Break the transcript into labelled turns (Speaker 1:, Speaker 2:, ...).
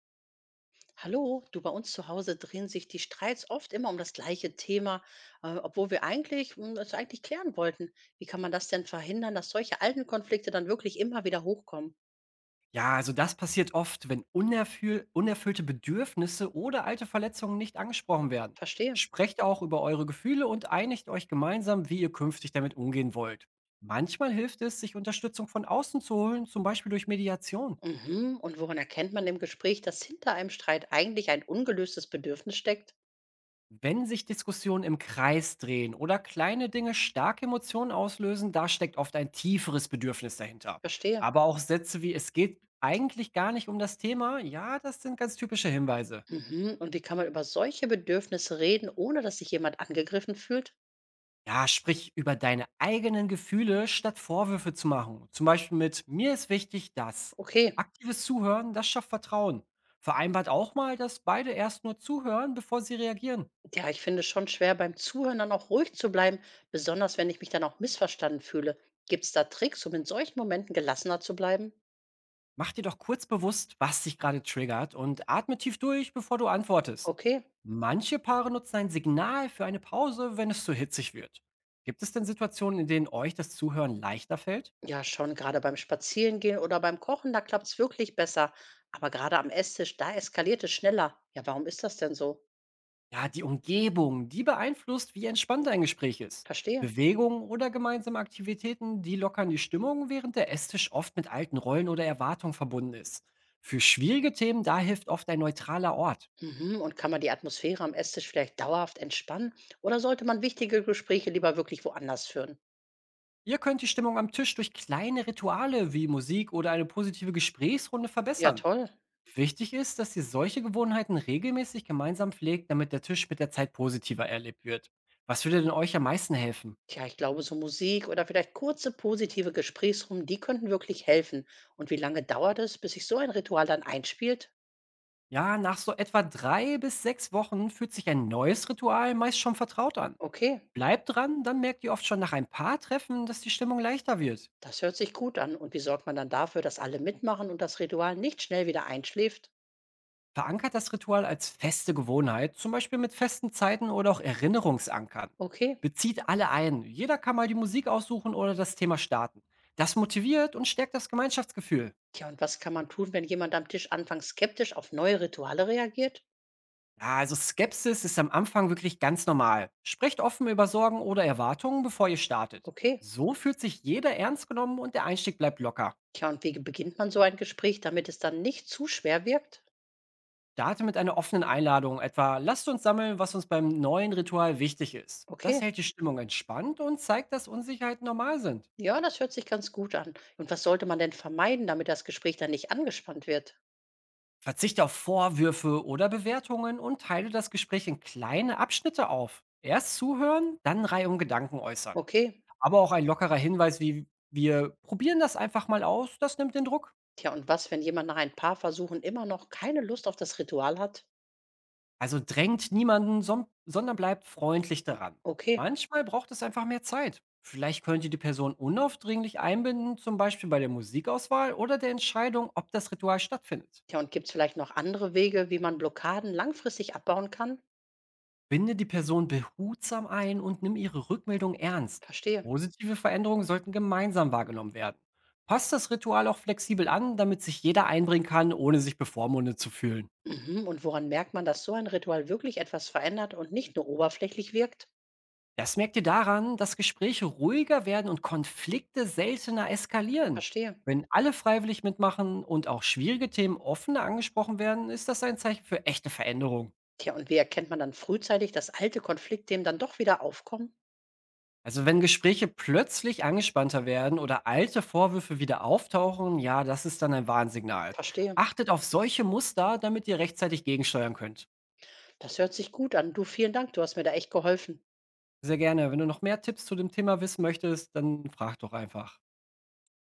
Speaker 1: Hallo, du, bei uns zu Hause drehen sich die Streits oft immer um das gleiche Thema, obwohl wir eigentlich das eigentlich klären wollten. Wie kann man das denn verhindern, dass solche alten Konflikte dann wirklich immer wieder hochkommen?
Speaker 2: Ja, also das passiert oft, wenn unerfüllte Bedürfnisse oder alte Verletzungen nicht angesprochen werden.
Speaker 1: Verstehe.
Speaker 2: Sprecht auch über eure Gefühle und einigt euch gemeinsam, wie ihr künftig damit umgehen wollt. Manchmal hilft es, sich Unterstützung von außen zu holen, zum Beispiel durch Mediation.
Speaker 1: Mhm. Und woran erkennt man im Gespräch, dass hinter einem Streit eigentlich ein ungelöstes Bedürfnis steckt?
Speaker 2: Wenn sich Diskussionen im Kreis drehen oder kleine Dinge starke Emotionen auslösen, da steckt oft ein tieferes Bedürfnis dahinter.
Speaker 1: Verstehe.
Speaker 2: Aber auch Sätze wie es geht eigentlich gar nicht um das Thema, ja, das sind ganz typische Hinweise.
Speaker 1: Mhm. Und wie kann man über solche Bedürfnisse reden, ohne dass sich jemand angegriffen fühlt?
Speaker 2: Ja, sprich über deine eigenen Gefühle, statt Vorwürfe zu machen. Zum Beispiel mit mir ist wichtig, dass
Speaker 1: Okay.
Speaker 2: aktives Zuhören, das schafft Vertrauen. Vereinbart auch mal, dass beide erst nur zuhören, bevor sie reagieren.
Speaker 1: Ja, ich finde es schon schwer, beim Zuhören dann auch ruhig zu bleiben, besonders wenn ich mich dann auch missverstanden fühle. Gibt es da Tricks, um in solchen Momenten gelassener zu bleiben?
Speaker 2: Mach dir doch kurz bewusst, was dich gerade triggert und atme tief durch, bevor du antwortest.
Speaker 1: Okay,
Speaker 2: Manche Paare nutzen ein Signal für eine Pause, wenn es zu hitzig wird. Gibt es denn Situationen, in denen euch das Zuhören leichter fällt?
Speaker 1: ja, schon gerade beim Spazierengehen oder beim Kochen, da klappt es wirklich besser. Aber gerade am Esstisch, da eskaliert es schneller. Ja, warum ist das denn so?
Speaker 2: Ja, die Umgebung, die beeinflusst, wie entspannt ein Gespräch ist.
Speaker 1: Verstehe.
Speaker 2: Bewegungen oder gemeinsame Aktivitäten, die lockern die Stimmung, während der Esstisch oft mit alten Rollen oder Erwartungen verbunden ist. Für schwierige Themen, da hilft oft ein neutraler Ort.
Speaker 1: Mhm, und kann man die Atmosphäre am Esstisch vielleicht dauerhaft entspannen? Oder sollte man wichtige Gespräche lieber wirklich woanders führen?
Speaker 2: Ihr könnt die Stimmung am Tisch durch kleine Rituale wie Musik oder eine positive Gesprächsrunde
Speaker 1: Ja,
Speaker 2: verbessern.
Speaker 1: toll.
Speaker 2: Wichtig ist, dass ihr solche Gewohnheiten regelmäßig gemeinsam pflegt, damit der Tisch mit der Zeit positiver erlebt wird. Was würde denn euch am meisten helfen?
Speaker 1: Tja, ich glaube, so Musik oder vielleicht kurze positive Gesprächsrunden, die könnten wirklich helfen. Und wie lange dauert es, bis sich so ein Ritual dann einspielt?
Speaker 2: Ja, nach so etwa 3 bis 6 Wochen fühlt sich ein neues Ritual meist schon vertraut an.
Speaker 1: Okay,
Speaker 2: Bleibt dran, dann merkt ihr oft schon nach ein paar Treffen, dass die Stimmung leichter wird.
Speaker 1: das hört sich gut an. Und wie sorgt man dann dafür, dass alle mitmachen und das Ritual nicht schnell wieder einschläft?
Speaker 2: Verankert das Ritual als feste Gewohnheit, zum Beispiel mit festen Zeiten oder auch Erinnerungsankern.
Speaker 1: Okay.
Speaker 2: Bezieht alle ein. Jeder kann mal die Musik aussuchen oder das Thema starten. Das motiviert und stärkt das Gemeinschaftsgefühl.
Speaker 1: Tja, und was kann man tun, wenn jemand am Tisch anfangs skeptisch auf neue Rituale reagiert?
Speaker 2: Ja, also Skepsis ist am Anfang wirklich ganz normal. Sprecht offen über Sorgen oder Erwartungen, bevor ihr startet.
Speaker 1: Okay.
Speaker 2: So fühlt sich jeder ernst genommen und der Einstieg bleibt locker.
Speaker 1: Tja, und wie beginnt man so ein Gespräch, damit es dann nicht zu schwer wirkt?
Speaker 2: Starte mit einer offenen Einladung, etwa lasst uns sammeln, was uns beim neuen Ritual wichtig ist. Das
Speaker 1: Okay.
Speaker 2: hält die Stimmung entspannt und zeigt, dass Unsicherheiten normal sind.
Speaker 1: Ja, das hört sich ganz gut an. Und was sollte man denn vermeiden, damit das Gespräch dann nicht angespannt wird?
Speaker 2: Verzichte auf Vorwürfe oder Bewertungen und teile das Gespräch in kleine Abschnitte auf. Erst zuhören, dann Reihe um Gedanken äußern.
Speaker 1: Okay,
Speaker 2: Aber auch ein lockerer Hinweis wie wir probieren das einfach mal aus, das nimmt den Druck.
Speaker 1: tja, und was, wenn jemand nach ein paar Versuchen immer noch keine Lust auf das Ritual hat?
Speaker 2: Also drängt niemanden, sondern bleibt freundlich daran.
Speaker 1: Okay.
Speaker 2: Manchmal braucht es einfach mehr Zeit. Vielleicht könnt ihr die Person unaufdringlich einbinden, zum Beispiel bei der Musikauswahl oder der Entscheidung, ob das Ritual stattfindet.
Speaker 1: Tja, und gibt es vielleicht noch andere Wege, wie man Blockaden langfristig abbauen kann?
Speaker 2: Binde die Person behutsam ein und nimm ihre Rückmeldung ernst.
Speaker 1: Verstehe.
Speaker 2: Positive Veränderungen sollten gemeinsam wahrgenommen werden. Passt das Ritual auch flexibel an, damit sich jeder einbringen kann, ohne sich bevormundet zu fühlen.
Speaker 1: Mhm. Und woran merkt man, dass so ein Ritual wirklich etwas verändert und nicht nur oberflächlich wirkt?
Speaker 2: Das merkt ihr daran, dass Gespräche ruhiger werden und Konflikte seltener
Speaker 1: Ja,
Speaker 2: eskalieren.
Speaker 1: verstehe.
Speaker 2: Wenn alle freiwillig mitmachen und auch schwierige Themen offener angesprochen werden, ist das ein Zeichen für echte Veränderung.
Speaker 1: Tja, und wie erkennt man dann frühzeitig, dass alte Konfliktthemen dann doch wieder aufkommen?
Speaker 2: Also wenn Gespräche plötzlich angespannter werden oder alte Vorwürfe wieder auftauchen, ja, das ist dann ein Warnsignal.
Speaker 1: Verstehe.
Speaker 2: Achtet auf solche Muster, damit ihr rechtzeitig gegensteuern könnt.
Speaker 1: Das hört sich gut an. Du, vielen Dank. Du hast mir da echt geholfen.
Speaker 2: Sehr gerne. Wenn du noch mehr Tipps zu dem Thema wissen möchtest, dann frag doch einfach.